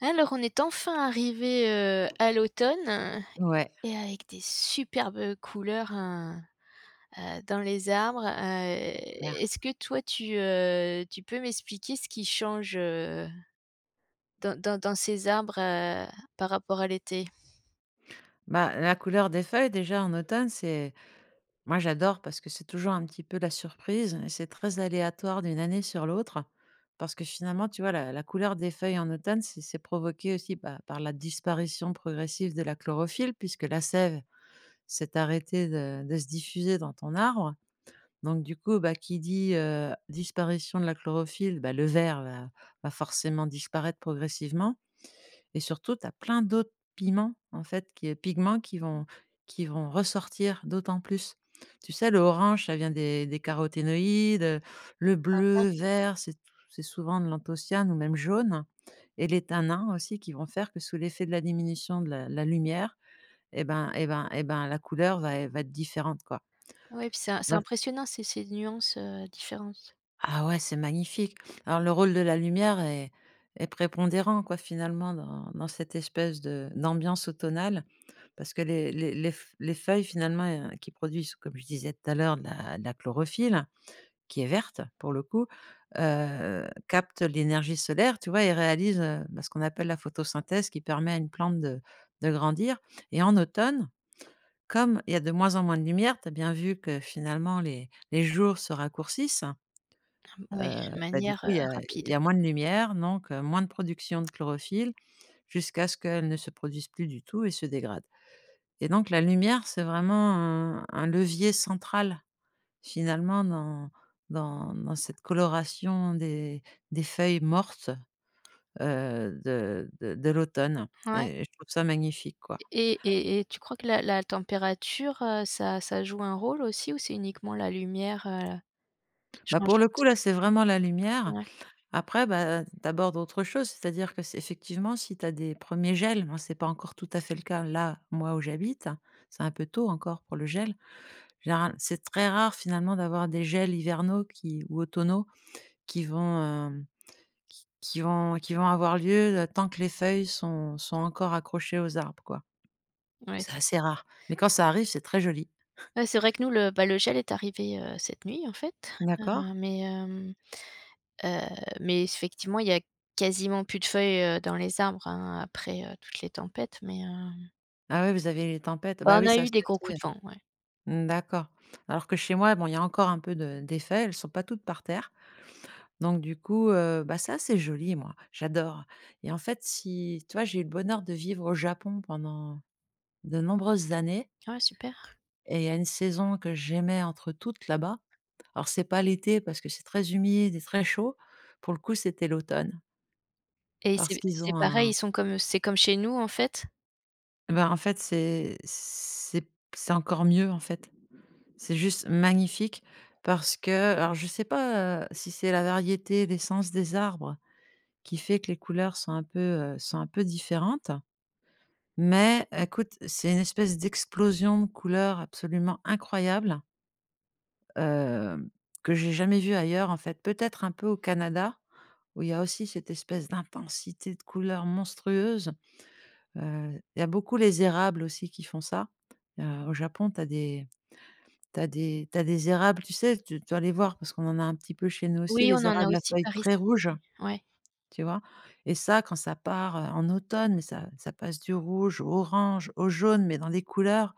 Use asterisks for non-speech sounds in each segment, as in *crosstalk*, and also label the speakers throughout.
Speaker 1: Alors, on est enfin arrivé à l'automne
Speaker 2: Ouais,
Speaker 1: et avec des superbes couleurs, hein, dans les arbres.
Speaker 2: c'est clair.
Speaker 1: Est-ce que toi tu peux m'expliquer ce qui change, dans dans ces arbres, par rapport à l'été?
Speaker 2: Bah, la couleur des feuilles déjà en automne, c'est moi j'adore parce que c'est toujours un petit peu la surprise et c'est très aléatoire d'une année sur l'autre. Parce que finalement, tu vois, la couleur des feuilles en automne, c'est provoqué aussi bah, par la disparition progressive de la chlorophylle, puisque la sève s'est arrêtée de se diffuser dans ton arbre. Donc du coup, bah, qui dit disparition de la chlorophylle, bah, le vert va forcément disparaître progressivement. Et surtout, tu as plein d'autres piments, en fait, qui pigments qui vont ressortir d'autant plus. Tu sais, le orange, ça vient des caroténoïdes, le bleu, vert, c'est souvent de l'anthocyane ou même jaune, et les tanins aussi qui vont faire que sous l'effet de la diminution de la lumière et ben la couleur va être différente, quoi.
Speaker 1: Ouais, c'est impressionnant ces nuances, différentes.
Speaker 2: Ah ouais, c'est magnifique. Alors le rôle de la lumière est prépondérant quoi finalement dans cette espèce de d'ambiance automnale parce que les feuilles finalement, qui produisent, comme je disais tout à l'heure, de la chlorophylle, qui est verte pour le coup, captent l'énergie solaire, tu vois? Et réalisent, bah, ce qu'on appelle la photosynthèse qui permet à une plante de grandir, et en automne, comme il y a de moins en moins de lumière, tu as bien vu que finalement les jours se raccourcissent.
Speaker 1: Ouais, de
Speaker 2: Bah, du
Speaker 1: manière,
Speaker 2: coup, il y a il y
Speaker 1: rapide.
Speaker 2: a moins de lumière, donc moins de production de chlorophylle jusqu'à ce qu'elle ne se produise plus du tout et se dégrade, et donc la lumière, c'est vraiment un levier central finalement dans cette coloration des feuilles mortes, de l'automne,
Speaker 1: Ouais,
Speaker 2: et je trouve ça magnifique, quoi.
Speaker 1: et tu crois que la température, ça joue un rôle aussi ou c'est uniquement la lumière,
Speaker 2: Bah, pour le coup,
Speaker 1: changeante?
Speaker 2: là, c'est vraiment la lumière.
Speaker 1: Ouais,
Speaker 2: Après, bah, d'abord d'autres choses, c'est-à-dire que c'est effectivement, si tu as des premiers gels, moi, c'est pas encore tout à fait le cas là, moi où j'habite, hein, c'est un peu tôt encore pour le gel. Général c'est très rare finalement d'avoir des gels hivernaux qui ou automnaux qui qui vont avoir lieu, tant que les feuilles sont encore accrochées aux arbres, quoi.
Speaker 1: ouais.
Speaker 2: C'est assez rare, mais quand ça arrive, c'est très joli.
Speaker 1: Ouais, c'est vrai que nous, le gel est arrivé, cette nuit, en fait, heu,
Speaker 2: D'accord.
Speaker 1: mais, hem, heu, mais effectivement, il y a quasiment plus de feuilles, dans les arbres, hein, après, toutes les tempêtes,
Speaker 2: Ah ouais, vous avez les tempêtes.
Speaker 1: bah,
Speaker 2: Bah
Speaker 1: on
Speaker 2: oui,
Speaker 1: a
Speaker 2: ça
Speaker 1: eu
Speaker 2: c'est
Speaker 1: des gros
Speaker 2: aussi,
Speaker 1: coups de vent, ouais.
Speaker 2: mmh, d'accord. Alors que chez moi, bon, il y a encore un peu de d'effets, elles sont pas toutes par terre. Donc du coup, bah, ça, c'est joli, moi, j'adore, et en fait, si tu vois, j'ai eu le bonheur de vivre au Japon pendant de nombreuses années,
Speaker 1: Ouais, super,
Speaker 2: et il y a une saison que j'aimais entre toutes là-bas. Alors c'est pas l'été parce que c'est très humide et très chaud. Pour le coup, c'était l'automne
Speaker 1: et
Speaker 2: parce
Speaker 1: c'est
Speaker 2: qu'ils ont
Speaker 1: pareil,
Speaker 2: un
Speaker 1: ils sont comme, c'est comme chez nous, en fait?
Speaker 2: bah, en fait, c'est c'est encore mieux, en fait. C'est juste magnifique parce que alors je sais pas, si c'est la variété, l'essence des arbres qui fait que les couleurs sont un peu différentes. Mais écoute, c'est une espèce d'explosion de couleurs absolument incroyable, hem, que j'ai jamais vue ailleurs en fait. Peut-être un peu au Canada, où il y a aussi cette espèce d'intensité de couleurs monstrueuse. Il y a beaucoup les érables aussi qui font ça. Au Japon, tu as des t'as des t'as des érables, tu sais, tu dois les voir parce qu'on en a un petit peu chez nous aussi,
Speaker 1: Oui, on
Speaker 2: les
Speaker 1: en a
Speaker 2: érables à
Speaker 1: aussi
Speaker 2: feuilles
Speaker 1: par ici,
Speaker 2: très rouges,
Speaker 1: oui. Ouais,
Speaker 2: tu vois? Et ça, quand ça part, en automne, mais ça passe du rouge au orange, au jaune, mais dans des couleurs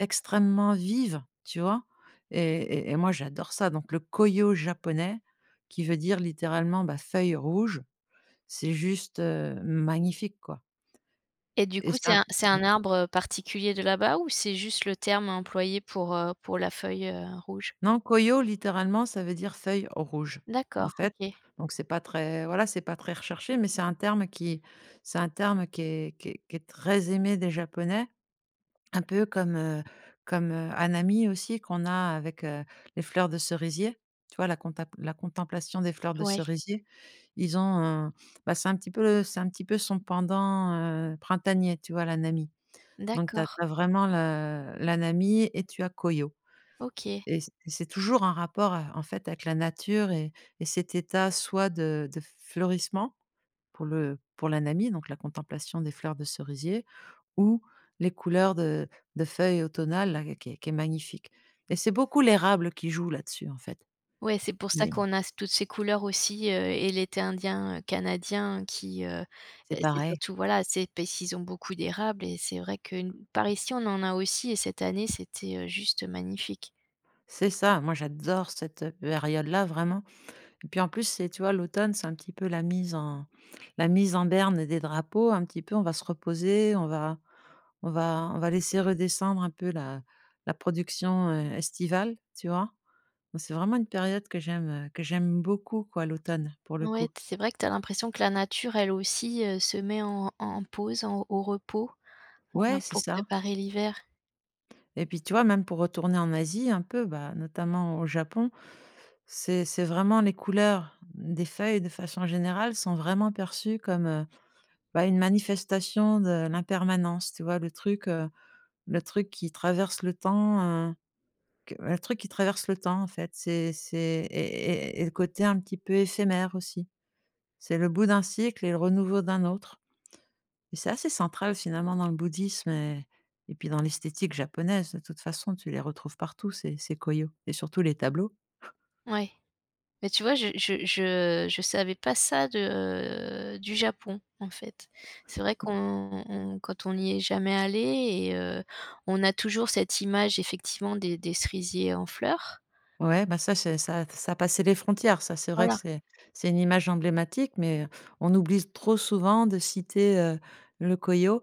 Speaker 2: extrêmement vive, tu vois? Et et moi j'adore ça, donc le Koyo japonais qui veut dire littéralement, bah, feuille rouge, c'est juste, magnifique quoi.
Speaker 1: et du
Speaker 2: Et
Speaker 1: coup, c'est
Speaker 2: ça
Speaker 1: un arbre particulier de là-bas ou c'est juste le terme employé pour la feuille, rouge?
Speaker 2: non, Koyo littéralement ça veut dire feuille rouge, en
Speaker 1: D'accord,
Speaker 2: fait.
Speaker 1: OK.
Speaker 2: Donc c'est pas très voilà, c'est pas très recherché mais c'est un terme qui c'est un terme qui est qui est qui est très aimé des japonais. Un peu comme Hanami aussi qu'on a avec, les fleurs de cerisier. Tu vois la contemplation des fleurs de
Speaker 1: Ouais,
Speaker 2: cerisier. Ils ont un bah, c'est un petit peu le c'est un petit peu son pendant, printanier, tu vois l'anami. Donc tu as
Speaker 1: d'accord,
Speaker 2: vraiment le l'hanami et tu as Koyo,
Speaker 1: OK.
Speaker 2: et c'est toujours un rapport, en fait avec la nature, et cet état soit de fleurissement pour le pour l'anami, donc la contemplation des fleurs de cerisier, ou les couleurs de feuilles automnales là, qui est magnifique, et c'est beaucoup l'érable qui joue là-dessus, en fait.
Speaker 1: Ouais, c'est pour ça
Speaker 2: Mmh.
Speaker 1: qu'on a c toutes ces couleurs aussi, et l'été indien, canadien qui,
Speaker 2: C'est
Speaker 1: c'est
Speaker 2: pareil.
Speaker 1: surtout voilà, c'est parce qu'ils ont beaucoup d'érables et c'est vrai que n par ici, on en a aussi, et cette année, c'était, juste magnifique.
Speaker 2: C'est ça, moi j'adore cette période-là vraiment, et puis en plus, c'est tu vois, l'automne, c'est un petit peu la mise en berne des drapeaux un petit peu. On va se reposer, on va laisser redescendre un peu la la production, estivale, tu vois? Donc, c'est vraiment une période que j'aime beaucoup quoi, l'automne, pour le
Speaker 1: Ouais,
Speaker 2: coup.
Speaker 1: t c'est vrai que tu as l'impression que la nature, elle aussi, se met en pause, en au repos,
Speaker 2: Ouais, c'est
Speaker 1: pour
Speaker 2: ça.
Speaker 1: préparer l'hiver.
Speaker 2: Et puis, tu vois, même pour retourner en Asie un peu, bah, notamment au Japon, c'est vraiment les couleurs des feuilles, de façon générale, sont vraiment perçues comme, bah, une manifestation de l'impermanence, tu vois? Le truc qui traverse le temps, heu, que le truc qui traverse le temps, en fait. C'est et Et le côté un petit peu éphémère aussi. C'est le bout d'un cycle et le renouveau d'un autre. Et c'est assez central finalement dans le bouddhisme, et puis dans l'esthétique japonaise. De toute façon, tu les retrouves partout ces ces koyos et surtout les tableaux.
Speaker 1: Ouais. Mais tu vois, je savais pas ça de, du Japon, en fait. C'est vrai qu'on on quand on n'y est jamais allé, et on a toujours cette image effectivement des cerisiers en fleurs.
Speaker 2: Ouais, bah, ça passait les frontières. Ça, c'est vrai que
Speaker 1: Voilà.
Speaker 2: c'est une image emblématique, mais on oublie trop souvent de citer, le Koyo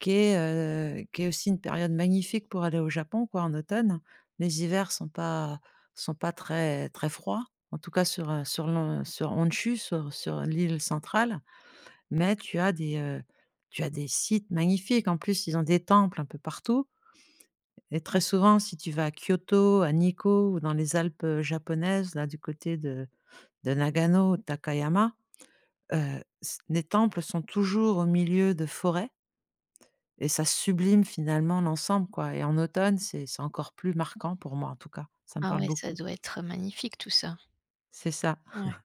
Speaker 2: qui est aussi une période magnifique pour aller au Japon quoi, en automne. Les hivers sont pas très très froids, en tout cas sur, sur l'en sur Honshu, sur l'île centrale. Mais tu as des sites magnifiques. En plus, ils ont des temples un peu partout, et très souvent, si tu vas à Kyoto, à Nikko ou dans les Alpes, japonaises, là, du côté de Nagano, Takayama, c les temples sont toujours au milieu de forêts, et ça sublime finalement l'ensemble, quoi, et en automne, c'est encore plus marquant pour moi, en tout cas. Ça me
Speaker 1: Ah
Speaker 2: parle
Speaker 1: ouais, ça
Speaker 2: beaucoup.
Speaker 1: doit être magnifique tout ça.
Speaker 2: C'est ça.
Speaker 1: Ouais.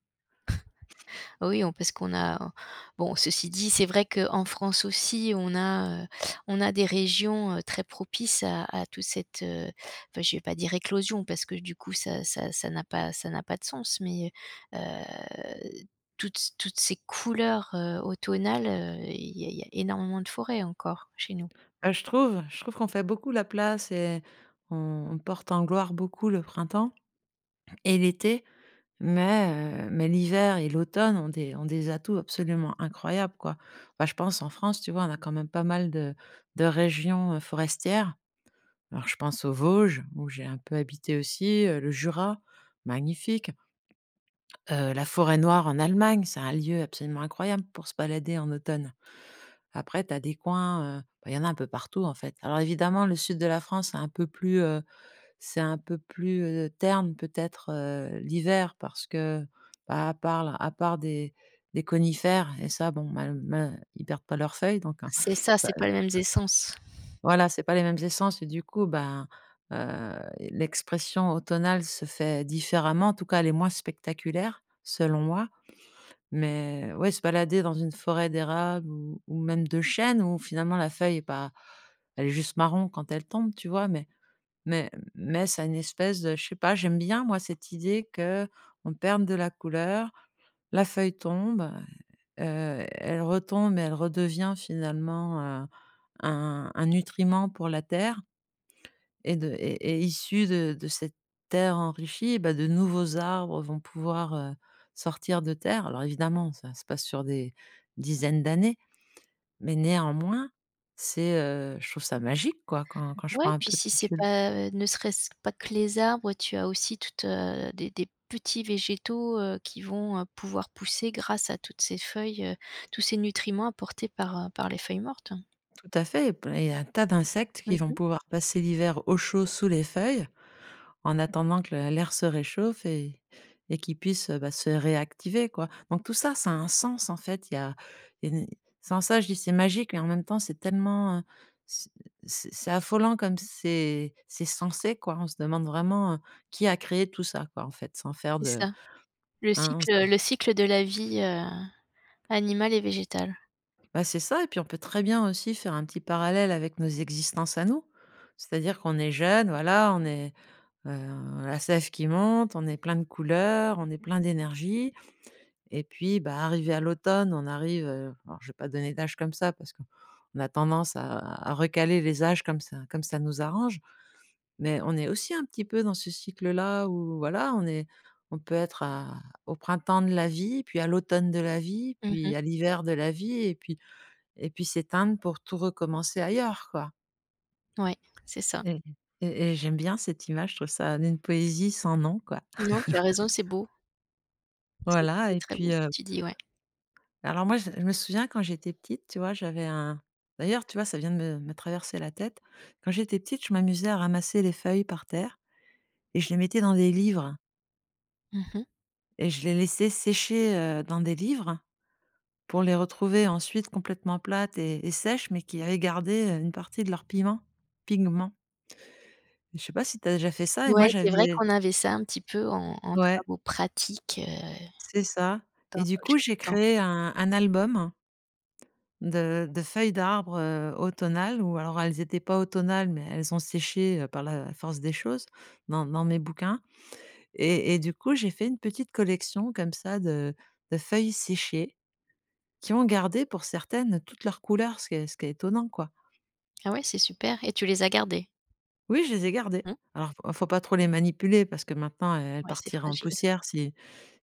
Speaker 1: Oui, on parce qu'on a bon, ceci dit, c'est vrai qu'en France aussi, on a des régions, très propices à toute cette, enfin, je vais pas dire éclosion parce que du coup ça n'a pas de sens, mais, heu, toutes ces couleurs, automnales, il y a énormément de forêts encore chez nous.
Speaker 2: Bah, je trouve qu'on fait beaucoup la place, et on porte en gloire beaucoup le printemps et l'été, mais mais l'hiver et l'automne ont des atouts absolument incroyables, quoi. Bah, je pense en France, tu vois, on a quand même pas mal de régions, forestières. Alors je pense aux Vosges, où j'ai un peu habité aussi, le Jura, magnifique. La forêt noire en Allemagne, c'est un lieu absolument incroyable pour se balader en automne. Après tu as des coins, bah, il y en a un peu partout en fait. Alors évidemment, le sud de la France, c'est un peu plus, terne peut-être, l'hiver parce que, bah, à part des conifères, et ça bon, mal ils perdent pas leurs feuilles donc,
Speaker 1: C'est ça, c'est pas les mêmes essences.
Speaker 2: voilà, c'est pas les mêmes essences, et du coup, heu, l'expression automnale se fait différemment. En tout cas, elle est moins spectaculaire selon moi, mais ouais, se balader dans une forêt d'érable ou même de chêne où finalement la feuille est pas, elle est juste marron quand elle tombe, tu vois? Mais ça a une espèce de je sais pas, j'aime bien moi cette idée que on perde de la couleur, la feuille tombe, elle retombe et elle redevient finalement, un nutriment pour la terre, et de et et issu de cette terre enrichie, bah, de nouveaux arbres vont pouvoir, sortir de terre. Alors évidemment, ça se passe sur des dizaines d'années, mais néanmoins, c'est, je trouve ça magique quoi quand quand je prends
Speaker 1: Ouais,
Speaker 2: un
Speaker 1: puis
Speaker 2: peu de
Speaker 1: si c'est
Speaker 2: recul.
Speaker 1: pas, ne serait-ce pas que les arbres, tu as aussi toutes, des petits végétaux, qui vont, pouvoir pousser grâce à toutes ces feuilles, tous ces nutriments apportés par, par les feuilles mortes.
Speaker 2: Tout à fait, et p il y a un tas d'insectes qui vont
Speaker 1: Mmh,
Speaker 2: pouvoir passer l'hiver au chaud sous les feuilles, en attendant que le l'air se réchauffe, et qu'ils puissent, bah, se réactiver, quoi. Donc tout ça, ça a un sens, en fait. Il y a une sans ça, je dis: «C'est magique», mais en même temps, c'est tellement, c c'est affolant comme c'est censé quoi. On se demande vraiment, qui a créé tout ça, quoi, en fait, sans faire
Speaker 1: c'est
Speaker 2: de
Speaker 1: ça.
Speaker 2: hein, on se
Speaker 1: Le cycle de la vie, animale et végétale.
Speaker 2: bah, c'est ça, et puis on peut très bien aussi faire un petit parallèle avec nos existences à nous. C'est-à-dire qu'on est jeune, voilà, on est. La sève qui monte, on est plein de couleurs, on est plein d'énergie, et puis, bah, arrivé à l'automne, on arrive, alors je vais pas donner d'âge comme ça parce qu'on a tendance à recaler les âges comme ça nous arrange, mais on est aussi un petit peu dans ce cycle-là où voilà, on peut être à au printemps de la vie, puis à l'automne de la vie,
Speaker 1: Mmh,
Speaker 2: puis à l'hiver de la vie et puis s'éteindre pour tout recommencer ailleurs, quoi.
Speaker 1: ouais, c'est ça.
Speaker 2: et et j'aime bien cette image, je trouve ça d'une poésie sans nom, quoi.
Speaker 1: Non, tu as raison, c'est beau. C'est
Speaker 2: Voilà et
Speaker 1: très
Speaker 2: puis,
Speaker 1: beau ce que tu dis, ouais.
Speaker 2: alors moi je me souviens quand j'étais petite, tu vois, j'avais un d'ailleurs, tu vois, ça vient de me traverser la tête. Quand j'étais petite, je m'amusais à ramasser les feuilles par terre et je les mettais dans des livres
Speaker 1: Mmh.
Speaker 2: et je les laissais sécher, dans des livres pour les retrouver ensuite complètement plates et sèches, mais qui avaient gardé, une partie de leur piment, pigment. Je sais pas si tu as déjà fait ça et
Speaker 1: Ouais,
Speaker 2: moi
Speaker 1: c'est vrai
Speaker 2: j'avais
Speaker 1: qu'on avait ça un petit peu en
Speaker 2: ouais,
Speaker 1: travaux pratiques,
Speaker 2: c'est ça, et
Speaker 1: pendant
Speaker 2: du
Speaker 1: le
Speaker 2: coup,
Speaker 1: jeune
Speaker 2: j'ai
Speaker 1: temps.
Speaker 2: créé un album de feuilles d'arbres, automnales ou alors elles étaient pas automnales, mais elles ont séché, par la force des choses dans mes bouquins, et du coup, j'ai fait une petite collection comme ça de feuilles séchées qui ont gardé pour certaines toutes leurs couleurs, ce qui est étonnant, quoi.
Speaker 1: Ah ouais, c'est super, et tu les as gardés?
Speaker 2: Oui, je les ai gardées.
Speaker 1: Mmh.
Speaker 2: Alors, faut pas trop les manipuler parce que maintenant, elles
Speaker 1: Ouais, c'est
Speaker 2: partiraient en
Speaker 1: fragile.
Speaker 2: poussière si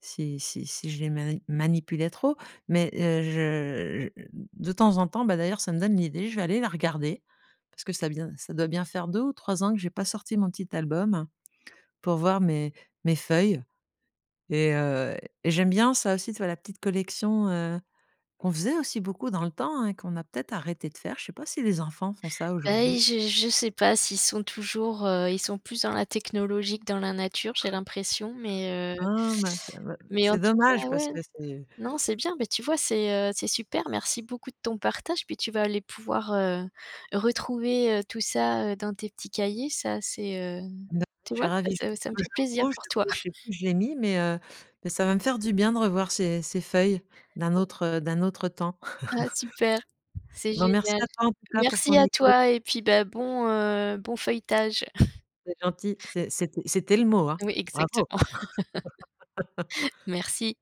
Speaker 2: si je les manipulais trop. Mais, je de temps en temps, bah, d'ailleurs, ça me donne l'idée, je vais aller la regarder parce que ça doit bien faire 2 ou 3 ans que j'ai pas sorti mon petit album pour voir mes feuilles et heu et j'aime bien ça aussi, tu vois, la petite collection, qu'on faisait aussi beaucoup dans le temps, hein, qu'on a peut-être arrêté de faire. Je sais pas si les enfants font ça
Speaker 1: Beh,
Speaker 2: aujourd'hui.
Speaker 1: je sais pas s'ils sont toujours, ils sont plus dans la technologie que dans la nature, j'ai l'impression, heu,
Speaker 2: Ah mince, ouais,
Speaker 1: mais en
Speaker 2: c'est
Speaker 1: tout
Speaker 2: dommage
Speaker 1: cas,
Speaker 2: parce
Speaker 1: ouais,
Speaker 2: que c'est.
Speaker 1: non, c'est bien. Beh, tu vois, c'est super. Merci beaucoup de ton partage, puis tu vas aller pouvoir, retrouver, tout ça, dans tes petits cahiers. Ça, c'est,
Speaker 2: Bah,
Speaker 1: tu
Speaker 2: je suis
Speaker 1: vois,
Speaker 2: ravie, je
Speaker 1: ça me fait
Speaker 2: le
Speaker 1: plaisir
Speaker 2: retrouve,
Speaker 1: pour toi.
Speaker 2: je sais
Speaker 1: *laughs*
Speaker 2: plus où je l'ai mis, mais ça va me faire du bien de revoir ces ces feuilles d'un autre temps.
Speaker 1: Ah super, c'est
Speaker 2: Bon merci
Speaker 1: génial.
Speaker 2: à toi en tout cas pour
Speaker 1: Merci
Speaker 2: ton
Speaker 1: à
Speaker 2: écoute,
Speaker 1: toi, et puis, bah, bon, bon feuilletage.
Speaker 2: c'est gentil, c'était c'était le mot, hein.
Speaker 1: Oui,
Speaker 2: Bravo.
Speaker 1: exactement. *laughs* Merci.